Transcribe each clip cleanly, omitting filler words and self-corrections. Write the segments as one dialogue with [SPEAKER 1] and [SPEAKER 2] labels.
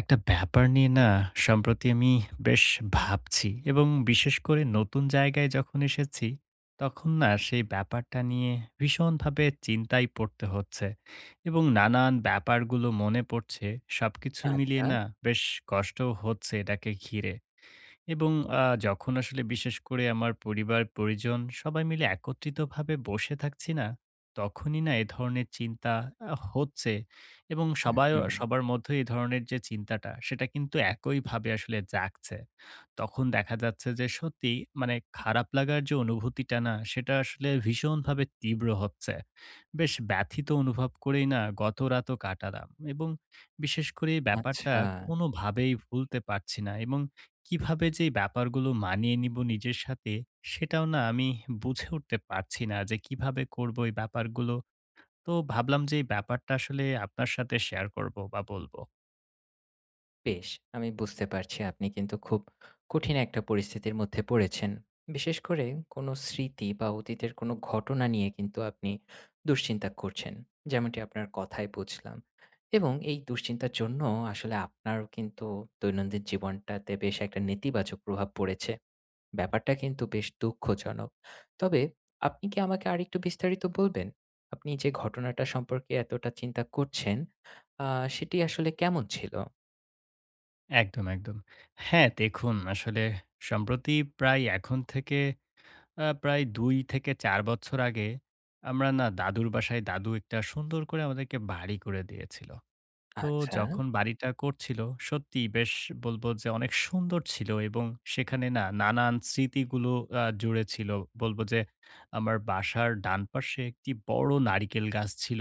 [SPEAKER 1] একটা ব্যাপার নিয়ে না, সম্প্রতি আমি বেশ ভাবছি এবং বিশেষ করে নতুন জায়গায় যখন এসেছি, তখন না সেই ব্যাপারটা নিয়ে ভীষণভাবে চিন্তায় পড়তে হচ্ছে এবং নানান ব্যাপারগুলো মনে পড়ছে। সবকিছু মিলিয়ে
[SPEAKER 2] আচ্ছা।
[SPEAKER 1] না বেশ কষ্টও হচ্ছে এটাকে ঘিরে। এবং যখন আসলে বিশেষ করে আমার পরিবার পরিজন সবাই মিলে একত্রিতভাবে বসে থাকছি না, তখনই না এ ধরনের চিন্তা হচ্ছে। এবং সবাই
[SPEAKER 2] হুম,
[SPEAKER 1] সবার মধ্যে এই ধরনের যে চিন্তাটা সেটা কিন্তু একইভাবে আসলে জাগছে। তখন দেখা যাচ্ছে যে সত্যি, মানে খারাপ লাগার যে অনুভূতিটা না সেটা আসলে ভীষণভাবে তীব্র হচ্ছে। বেশ ব্যথিত অনুভব করেই না গত রাতও কাটালাম। এবং বিশেষ করে এই ব্যাপারটা
[SPEAKER 2] আচ্ছা।
[SPEAKER 1] কোনোভাবেই ভুলতে পারছি না। এবং কিভাবে যে এই ব্যাপারগুলো মানিয়ে নিব নিজের সাথে, সেটাও না আমি বুঝে উঠতে পারছি না যে কিভাবে করব এই ব্যাপারগুলো। তো ভাবলাম যে এই ব্যাপারটা আসলে আপনার সাথে শেয়ার করব বা বলব।
[SPEAKER 2] বেশ। আমি বুঝতে পারছি আপনি কিন্তু খুব কঠিন একটা পরিস্থিতির মধ্যে পড়েছেন। বিশেষ করে কোনো স্মৃতি বা অতীতের কোনো ঘটনা নিয়ে কিন্তু আপনি দুশ্চিন্তা করছেন। যেমনটি আপনার কথায় বুঝলাম। এবং এই দুশ্চিন্তার জন্য আসলে আপনারও কিন্তু দৈনন্দিন জীবনটাতে বেশ একটা নেতিবাচক প্রভাব পড়েছে। ব্যাপারটা কিন্তু বেশ দুঃখজনক। তবে আপনি কি আমাকে আরেকটু বিস্তারিত বলবেন? আপনি যে ঘটনাটা সম্পর্কে এতটা চিন্তা করছেন, আ সেটি আসলে কেমন ছিল?
[SPEAKER 1] একদম, একদম। হ্যাঁ, দেখুন আসলে সম্প্রতি প্রায় এখন থেকে প্রায় ২ থেকে ৪ বছর আগে আমরা না দাদুর বাসায়, দাদু একটা সুন্দর করে আমাদেরকে বাড়ি করে দিয়েছিল। তো
[SPEAKER 2] আচ্ছা।
[SPEAKER 1] যখন বাড়িটা করছিল, সত্যিই বেশ বলবো যে অনেক সুন্দর ছিল এবং সেখানে না নানান স্মৃতিগুলো জুড়ে ছিল। বলব যে, আমার বাসার ডান পাশে একটি বড় নারিকেল গাছ ছিল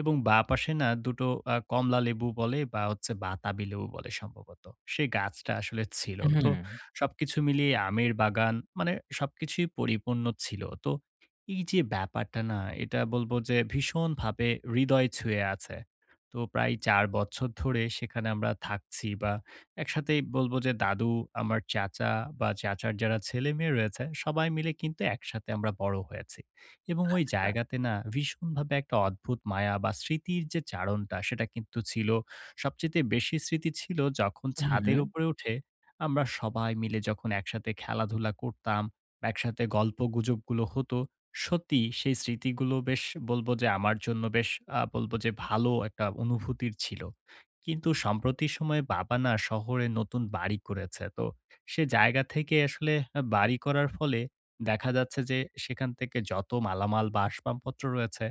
[SPEAKER 1] এবং বাঁ পাশে না দুটো কমলালেবু বলে বা হচ্ছে বাতাবি লেবু বলে সম্ভবত। সে গাছটা আসলে ছিল। তো
[SPEAKER 2] হুম,
[SPEAKER 1] সবকিছু মিলিয়ে আমের বাগান, মানে সবকিছুই পরিপূর্ণ ছিল। তো এই যে ব্যাপারটা না, এটা বলব যে ভীষণভাবে হৃদয় ছুঁয়ে আছে। তো প্রায় ৪ বছর ধরে সেখানে আমরা থাকছি বা একসাথেই, বলব যে দাদু, আমার চাচা বা চাচার যারা ছেলেমেয়ে রয়েছে সবাই মিলে কিন্তু একসাথে আমরা বড় হয়েছি। এবং ওই
[SPEAKER 2] আচ্ছা।
[SPEAKER 1] জায়গাতে না ভীষণভাবে একটা অদ্ভুত মায়া বা স্মৃতির যে চারণটা সেটা কিন্তু ছিল। সবচাইতে বেশি স্মৃতি ছিল যখন
[SPEAKER 2] হুম,
[SPEAKER 1] ছাদের উপরে উঠে আমরা সবাই মিলে যখন একসাথে খেলাধুলা করতাম, বা একসাথে গল্পগুজবগুলো হতো। সত্যি সেই স্মৃতিগুলো বেশ, বলব যে আমার জন্য বেশ, বলব যে ভালো একটা অনুভূতির ছিল। কিন্তু সাম্প্রতি সময়ে বাবা না শহরে নতুন বাড়ি করেছে। তো সে জায়গা থেকে আসলে বাড়ি করার ফলে দেখা যাচ্ছে যে, সেখান থেকে যত মালামাল বা আসবাবপত্র রয়েছে,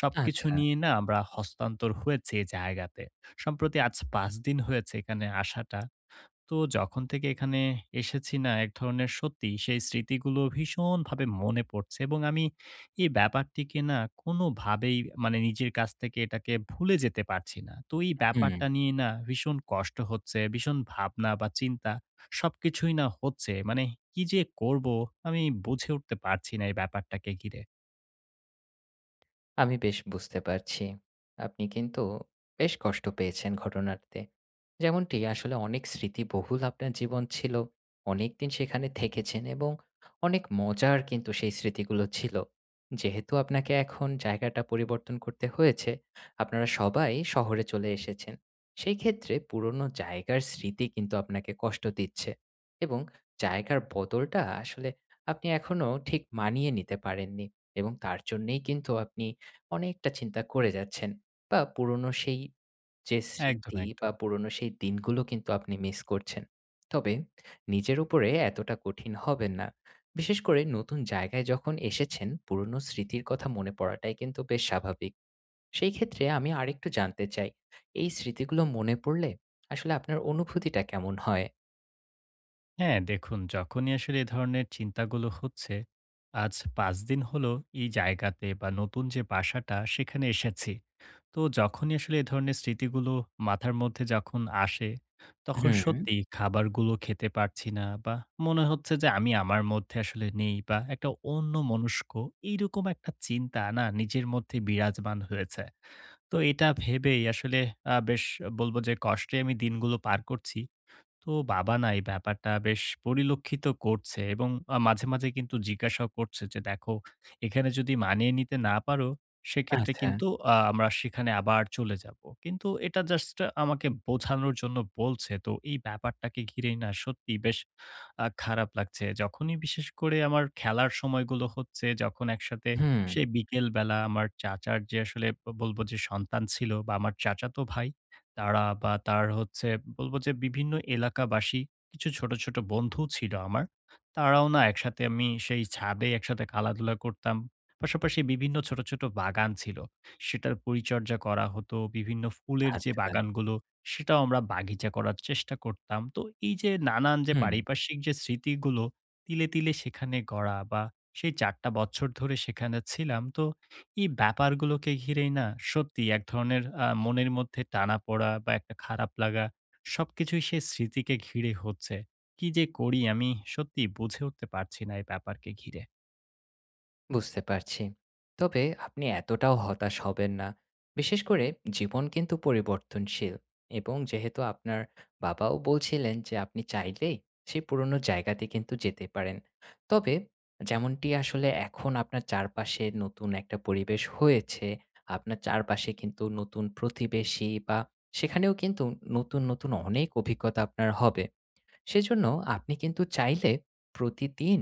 [SPEAKER 1] সবকিছু
[SPEAKER 2] আচ্ছা।
[SPEAKER 1] নিয়ে না আমরা হস্তান্তর হয়েছি এই জায়গাতে। সম্প্রতি আজ ৫ দিন হয়েছে এখানে আসাটা। তো যখন থেকে এখানে এসেছি না, এক ধরনের সত্যি সেই স্মৃতিগুলো ভীষণভাবে মনে পড়ছে এবং আমি এই ব্যাপারটিকে না কোনোভাবেই, মানে নিজের কাছ থেকে এটাকে ভুলে যেতে পারছি না। তো এই
[SPEAKER 2] হুম।
[SPEAKER 1] ব্যাপারটা নিয়ে না ভীষণ কষ্ট হচ্ছে, ভীষণ ভাবনা বা চিন্তা সবকিছুই না হচ্ছে। মানে কি যে করব আমি বুঝে উঠতে পারছি না এই ব্যাপারটাকে ঘিরে।
[SPEAKER 2] আমি বেশ বুঝতে পারছি। আপনি কিন্তু বেশ কষ্ট পেয়েছেন ঘটনাতে। যেমনটি আসলে অনেক স্মৃতিবহুল আপনার জীবন ছিল। অনেকদিন সেখানে থেকেছেন এবং অনেক মজার কিন্তু সেই স্মৃতিগুলো ছিল। যেহেতু আপনাকে এখন জায়গাটা পরিবর্তন করতে হয়েছে, আপনারা সবাই শহরে চলে এসেছেন। সেই ক্ষেত্রে পুরনো জায়গার স্মৃতি কিন্তু আপনাকে কষ্ট দিচ্ছে এবং জায়গার বদলটা আসলে আপনি এখনো ঠিক মানিয়ে নিতে পারেননি এবং তার জন্যেই কিন্তু আপনি অনেকটা চিন্তা করে যাচ্ছেন বা পুরনো সেই যে
[SPEAKER 1] একদম,
[SPEAKER 2] স্মৃতি বা
[SPEAKER 1] একদম।
[SPEAKER 2] পুরনো সেই দিনগুলো কিন্তু আপনি মিস করছেন। তবে নিজের উপরে এতটা কঠিন হবেন না। বিশেষ করে নতুন জায়গায় যখন এসেছেন, পুরনো স্মৃতির কথা মনে পড়াটাই কিন্তু বেশ স্বাভাবিক। সেই ক্ষেত্রে আমি আরেকটু জানতে চাই, এই স্মৃতিগুলো মনে পড়লে আসলে আপনার অনুভূতিটা কেমন হয়?
[SPEAKER 1] হ্যাঁ, দেখুন যখনই আসলে এ ধরনের চিন্তাগুলো হচ্ছে, আজ ৫ দিন হলো এই জায়গাতে বা নতুন যে বাসাটা সেখানে এসেছি। তো যখনই আসলে এ ধরনের স্মৃতিগুলো মাথার মধ্যে যখন আসে, তখন
[SPEAKER 2] হুম,
[SPEAKER 1] সত্যিই খাবারগুলো খেতে পারছি না, বা মনে হচ্ছে যে আমি আমার মধ্যে আসলে নেই বা একটা অন্যমনস্ক এইরকম একটা চিন্তা না নিজের মধ্যে বিরাজমান হয়েছে। তো এটা ভেবেই আসলে বেশ বলব যে কষ্টে আমি দিনগুলো পার করছি। তো বাবা না এই ব্যাপারটা বেশ পরিলক্ষিত করছে এবং মাঝে, মাঝে কিন্তু জিজ্ঞাসাও করছে যে, "দেখো, এখানে যদি মানিয়ে নিতে না পারো সেক্ষেত্রে
[SPEAKER 2] আচ্ছা।
[SPEAKER 1] কিন্তু আমরা সেখানে আবার চলে যাবো।" কিন্তু এটা জাস্ট আমাকে বোঝানোর জন্য বলছে। তো এই ব্যাপারটাকে ঘিরেই না সত্যিই বেশ খারাপ লাগছে। যখনই বিশেষ করে আমার খেলার সময়গুলো হচ্ছে, যখন একসাথে
[SPEAKER 2] হুম,
[SPEAKER 1] সেই বিকেল বেলা আমার চাচার যে আসলে বলবো যে সন্তান ছিল বা আমার চাচাতো ভাই, তারা বা তার হচ্ছে বলব যে বিভিন্ন এলাকাবাসী কিছু ছোট, ছোট বন্ধু ছিল আমার। তারাও না একসাথে আমি সেই ছাদে একসাথে খেলাধুলা করতাম। পাশাপাশি বিভিন্ন ছোট, ছোট বাগান ছিল। সেটার পরিচর্যা করা হতো। বিভিন্ন ফুলের যে
[SPEAKER 2] আচ্ছা।
[SPEAKER 1] বাগানগুলো সেটাও আমরা বাগিচা করার চেষ্টা করতাম। তো এই যে নানান যে
[SPEAKER 2] হুম।
[SPEAKER 1] পারিপার্শ্বিক যে স্মৃতিগুলো তিলে, তিলে সেখানে গড়া, বা সেই ৪ টা বছর ধরে সেখানে ছিলাম। তো এই ব্যাপারগুলোকে ঘিরেই না, সত্যি এক ধরনের মনের মধ্যে টানাপোড়া বা একটা খারাপ লাগা, সবকিছুই সেই স্মৃতিকে ঘিরে হচ্ছে। কি যে করি আমি সত্যিই বুঝে উঠতে পারছি না এই ব্যাপারকে ঘিরে।
[SPEAKER 2] বুঝতে পারছি। তবে আপনি এতটাও হতাশ হবেন না। বিশেষ করে জীবন কিন্তু পরিবর্তনশীল এবং যেহেতু আপনার বাবাও বলছিলেন যে আপনি চাইলেই সেই পুরনো জায়গাতে কিন্তু যেতে পারেন। তবে যেমনটি আসলে এখন আপনার চারপাশে নতুন একটা পরিবেশ হয়েছে, আপনার চারপাশে কিন্তু নতুন প্রতিবেশী বা সেখানেও কিন্তু নতুন, নতুন অনেক অভিজ্ঞতা আপনার হবে। সেজন্য আপনি কিন্তু চাইলে প্রতিদিন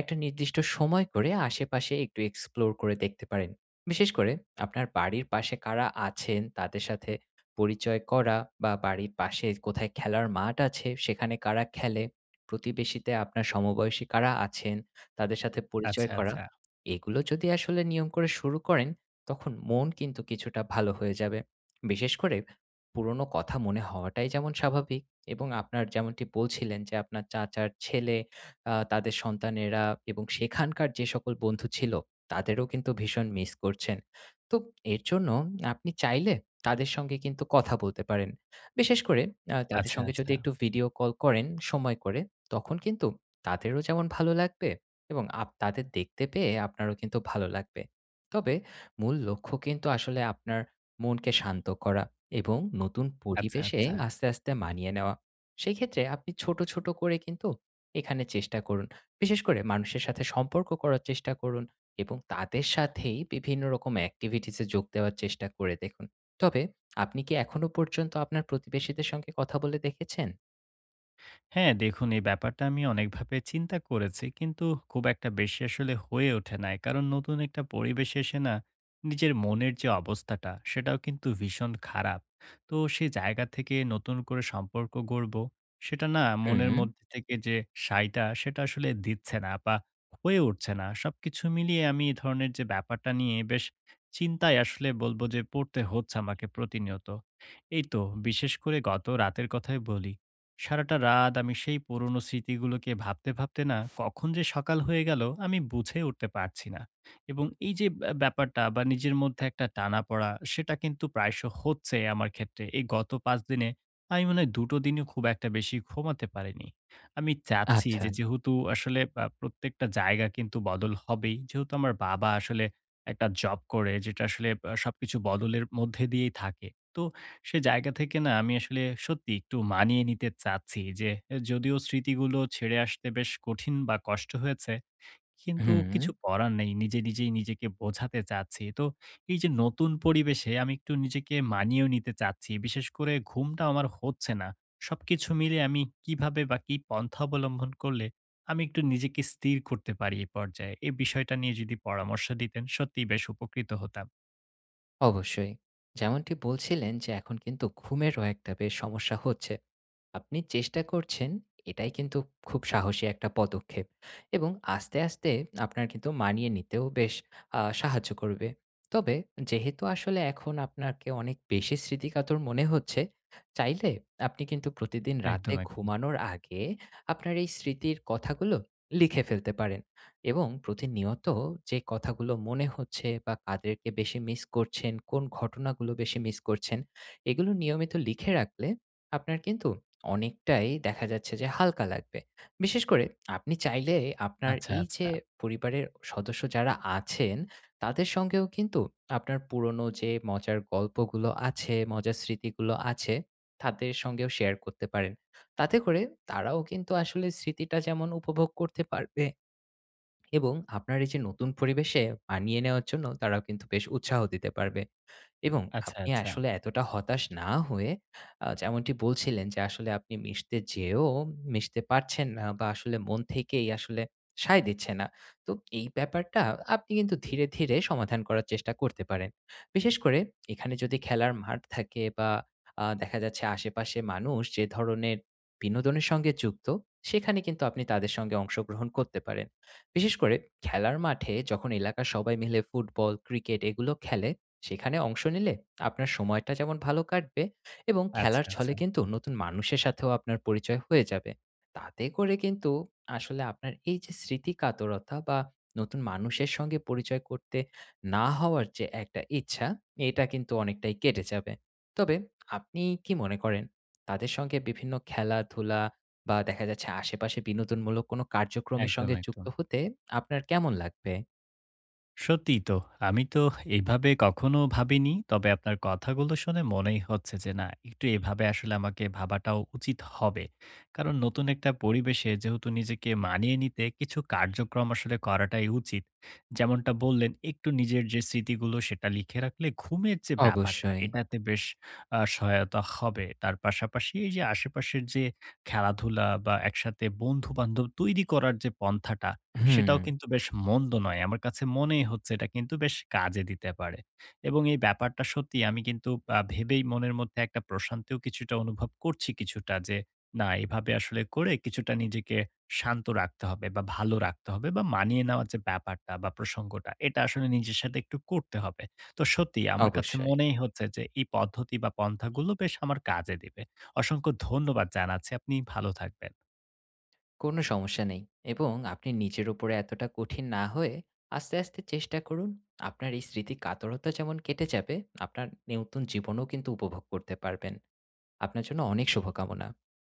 [SPEAKER 2] একটা নির্দিষ্ট সময় করে আশেপাশে একটু এক্সপ্লোর করে দেখতে পারেন। বিশেষ করে আপনার বাড়ির পাশে কারা আছেন তাদের সাথে পরিচয় করা বা বাড়ির পাশে কোথায় খেলার মাঠ আছে সেখানে কারা খেলে, প্রতিবেশীতে আপনার সমবয়সী কারা আছেন তাদের সাথে পরিচয়
[SPEAKER 1] আচ্ছা,
[SPEAKER 2] করা।
[SPEAKER 1] আচ্ছা,
[SPEAKER 2] এগুলো যদি আসলে নিয়ম করে শুরু করেন তখন মন কিন্তু কিছুটা ভালো হয়ে যাবে। বিশেষ করে পুরনো কথা মনে হওয়াটাই যেমন স্বাভাবিক। এবং আপনার যেমনটি বলছিলেন যে আপনার চাচার ছেলে, তাদের সন্তানেরা এবং সেখানকার যে সকল বন্ধু ছিল, তাদেরও কিন্তু ভীষণ মিস করছেন। তো এর জন্য আপনি চাইলে তাদের সঙ্গে কিন্তু কথা বলতে পারেন। বিশেষ করে তাদের
[SPEAKER 1] আচ্ছা,
[SPEAKER 2] সঙ্গে যদি
[SPEAKER 1] আচ্ছা,
[SPEAKER 2] একটু ভিডিও কল করেন সময় করে, তখন কিন্তু তাদেরও যেমন ভালো লাগবে এবং তাদের দেখতে পেয়ে আপনারও কিন্তু ভালো লাগবে। তবে মূল লক্ষ্য কিন্তু আসলে আপনার মনকে শান্ত করা এবং নতুন
[SPEAKER 1] আচ্ছা,
[SPEAKER 2] পরিবেশে
[SPEAKER 1] আচ্ছা।
[SPEAKER 2] আস্তে, আস্তে মানিয়ে নেওয়া। সেক্ষেত্রে আপনি ছোট, ছোট করে কিন্তু এখানে চেষ্টা করুন। বিশেষ করে মানুষের সাথে সম্পর্ক করার চেষ্টা করুন এবং তাদের সাথেই বিভিন্ন রকম activities এ যোগ দেওয়ার চেষ্টা করে দেখুন। তবে আপনি কি এখনো পর্যন্ত আপনার প্রতিবেশীদের সঙ্গে কথা বলে দেখেছেন?
[SPEAKER 1] হ্যাঁ, দেখুন, এই ব্যাপারটা আমি অনেকভাবে চিন্তা করেছি। কিন্তু খুব একটা বেশি আসলে হয়ে ওঠে নাই। কারণ নতুন একটা পরিবেশে এসে না নিজের মনের যে অবস্থাটা সেটাও কিন্তু ভীষণ খারাপ। তো সেই জায়গা থেকে নতুন করে সম্পর্ক গড়বো সেটা না মনের
[SPEAKER 2] হুম,
[SPEAKER 1] মধ্যে থেকে যে সাইটা সেটা আসলে দিচ্ছে না বা হয়ে উঠছে না। সবকিছু মিলিয়ে আমি এ ধরনের যে ব্যাপারটা নিয়ে বেশ চিন্তায়, আসলে বলব যে পড়তে হচ্ছে আমাকে প্রতিনিয়ত। এই তো বিশেষ করে গত রাতের কথাই বলি। সারাটা রাত আমি সেই পুরনো স্মৃতিগুলোকে ভাবতে, ভাবতে না কখন যে সকাল হয়ে গেল আমি বুঝে উঠতে পারছি না। এবং এই যে ব্যাপারটা বা নিজের মধ্যে একটা টানাপড়া সেটা কিন্তু প্রায়শ হচ্ছে আমার ক্ষেত্রে। এই গত ৫ দিনে আমি মনে হয় ২ টো দিনও খুব একটা বেশি ঘুমাতে পারিনি। আমি চাচ্ছি
[SPEAKER 2] আচ্ছা।
[SPEAKER 1] যে, যেহেতু আসলে প্রত্যেকটা জায়গা কিন্তু বদল হবেই। যেহেতু আমার বাবা আসলে একটা জব করে যেটা আসলে সবকিছু বদলের মধ্যে দিয়েই থাকে। তো সে জায়গা থেকে না আমি আসলে সত্যি একটু মানিয়ে নিতে চাচ্ছি যে, এ যদিও স্মৃতিগুলো ছেড়ে আসতে বেশ কঠিন বা কষ্ট হয়েছে, কিন্তু
[SPEAKER 2] হুম।
[SPEAKER 1] কিছু করার নেই। নিজে, নিজেই নিজেকে বোঝাতে চাচ্ছি। তো এই যে নতুন পরিবেশে আমি একটু নিজেকে মানিয়েও নিতে চাচ্ছি। বিশেষ করে ঘুমটা আমার হচ্ছে না। সবকিছু মিলে আমি কিভাবে বা কি পন্থা অবলম্বন করলে আমি একটু নিজেকে স্থির করতে পারি এ পর্যায়ে? এই বিষয়টা নিয়ে যদি পরামর্শ দিতেন সত্যিই বেশ উপকৃত হতাম।
[SPEAKER 2] অবশ্যই। যেমনটি বলছিলেন যে এখন কিন্তু ঘুমেরও একটা বেশ সমস্যা হচ্ছে। আপনি চেষ্টা করছেন এটাই কিন্তু খুব সাহসী একটা পদক্ষেপ এবং আস্তে, আস্তে আপনার কিন্তু মানিয়ে নিতেও বেশ সাহায্য করবে। তবে যেহেতু আসলে এখন আপনাকে অনেক বেশি স্মৃতিকাতর মনে হচ্ছে, চাইলে আপনি কিন্তু প্রতিদিন রাতে
[SPEAKER 1] একদম, একদম।
[SPEAKER 2] ঘুমানোর আগে আপনার এই স্মৃতির কথাগুলো লিখে ফেলতে পারেন। এবং প্রতিনিয়ত যে কথাগুলো মনে হচ্ছে বা কাদেরকে বেশি মিস করছেন, কোন ঘটনাগুলো বেশি মিস করছেন, এগুলো নিয়মিত লিখে রাখলে আপনার কিন্তু অনেকটাই দেখা যাচ্ছে যে হালকা লাগবে। বিশেষ করে আপনি চাইলে আপনার
[SPEAKER 1] আচ্ছা,
[SPEAKER 2] এই যে
[SPEAKER 1] আচ্ছা।
[SPEAKER 2] পরিবারের সদস্য যারা আছেন, তাদের সঙ্গেও কিন্তু আপনার পুরনো যে মজার গল্পগুলো আছে, মজার স্মৃতিগুলো আছে, তাদের সঙ্গেও শেয়ার করতে পারেন। তাতে করে তারাও কিন্তু আসলে স্মৃতিটা যেমন উপভোগ করতে পারবে এবং আপনার এই যে নতুন পরিবেশে মানিয়ে নেওয়ার জন্য তারাও কিন্তু বেশ উৎসাহ দিতে পারবে। এবং
[SPEAKER 1] আচ্ছা,
[SPEAKER 2] আপনি
[SPEAKER 1] আচ্ছা।
[SPEAKER 2] আসলে এতটা হতাশ না হয়ে যেমনটি বলছিলেন যে, আসলে আপনি মিশতে যেয়েও মিশতে পারছেন না বা আসলে মন থেকেই আসলে সায় দিচ্ছে না। তো এই ব্যাপারটা আপনি কিন্তু ধীরে, ধীরে সমাধান করার চেষ্টা করতে পারেন। বিশেষ করে এখানে যদি খেলার মাঠ থাকে বা দেখা যাচ্ছে আশেপাশে মানুষ যে ধরনের বিনোদনের সঙ্গে যুক্ত, সেখানে কিন্তু আপনি তাদের সঙ্গে অংশগ্রহণ করতে পারেন। বিশেষ করে খেলার মাঠে যখন এলাকার সবাই মিলে ফুটবল, ক্রিকেট এগুলো খেলে সেখানে অংশ নিলে আপনার সময়টা যেমন ভালো কাটবে এবং
[SPEAKER 1] আচ্ছা,
[SPEAKER 2] খেলার ছলে
[SPEAKER 1] আচ্ছা।
[SPEAKER 2] কিন্তু নতুন মানুষের সাথেও আপনার পরিচয় হয়ে যাবে। তাতে করে কিন্তু আসলে আপনার এই যে স্মৃতি কাতরতা বা নতুন মানুষের সঙ্গে পরিচয় করতে না হওয়ার যে একটা ইচ্ছা, এটা কিন্তু অনেকটাই কেটে যাবে। তবে আপনি কি মনে করেন তাদের সঙ্গে বিভিন্ন খেলাধুলা বা দেখা যাচ্ছে আশেপাশে বিনোদনমূলক কোনো কার্যক্রমের
[SPEAKER 1] একদম,
[SPEAKER 2] সঙ্গে যুক্ত
[SPEAKER 1] একদম।
[SPEAKER 2] হতে আপনার কেমন লাগবে?
[SPEAKER 1] সত্যিই তো। আমি তো এভাবে কখনো ভাবিনি। তবে আপনার কথাগুলো শুনে মনেই হচ্ছে যে না, একটু এভাবে আসলে আমাকে ভাবাটাও উচিত হবে। কারণ নতুন একটা পরিবেশে যেহেতু নিজেকে মানিয়ে নিতে কিছু কার্যক্রম আসলে করাটাই উচিত। যেমনটা বললেন, একটু নিজের যে স্মৃতিগুলো সেটা লিখে রাখলে ঘুমের যে ব্যাপারটা
[SPEAKER 2] অবশ্যই।
[SPEAKER 1] এটাতে বেশ সহায়তা হবে। তার পাশাপাশি এই যে আশেপাশের যে খেলাধুলা বা একসাথে বন্ধু-বান্ধব তৈরি করার যে পন্থাটা,
[SPEAKER 2] হুম,
[SPEAKER 1] সেটাও কিন্তু বেশ মন্দ নয়। আমার কাছে মনেই হচ্ছে এটা কিন্তু বেশ কাজে দিতে পারে। এবং এই ব্যাপারটা সত্যি আমি কিন্তু ভেবেই মনের মধ্যে একটা প্রশান্তিও কিছুটা অনুভব করছি কিছুটা, যে না, এভাবে আসলে করে কিছুটা নিজেকে শান্ত রাখতে হবে বা ভালো রাখতে হবে, বা মানিয়ে নেওয়ার যে ব্যাপারটা বা প্রসঙ্গটা এটা আসলে নিজের সাথে একটু করতে হবে। তো সত্যিই আমার কাছে
[SPEAKER 2] অবশ্যই।
[SPEAKER 1] মনেই হচ্ছে যে এই পদ্ধতি বা পন্থাগুলো বেশ আমার কাজে দিবে। অসংখ্য ধন্যবাদ জানাচ্ছি। আপনি ভালো থাকবেন।
[SPEAKER 2] কোনো সমস্যা নেই এবং আপনি নিজের উপরে এতটা কঠিন না হয়ে আস্তে আস্তে চেষ্টা করুন আপনার এই স্মৃতি কাতরতা যেমন কেটে যাবে আপনার নতুন জীবনও কিন্তু উপভোগ করতে পারবেন আপনার জন্য অনেক শুভকামনা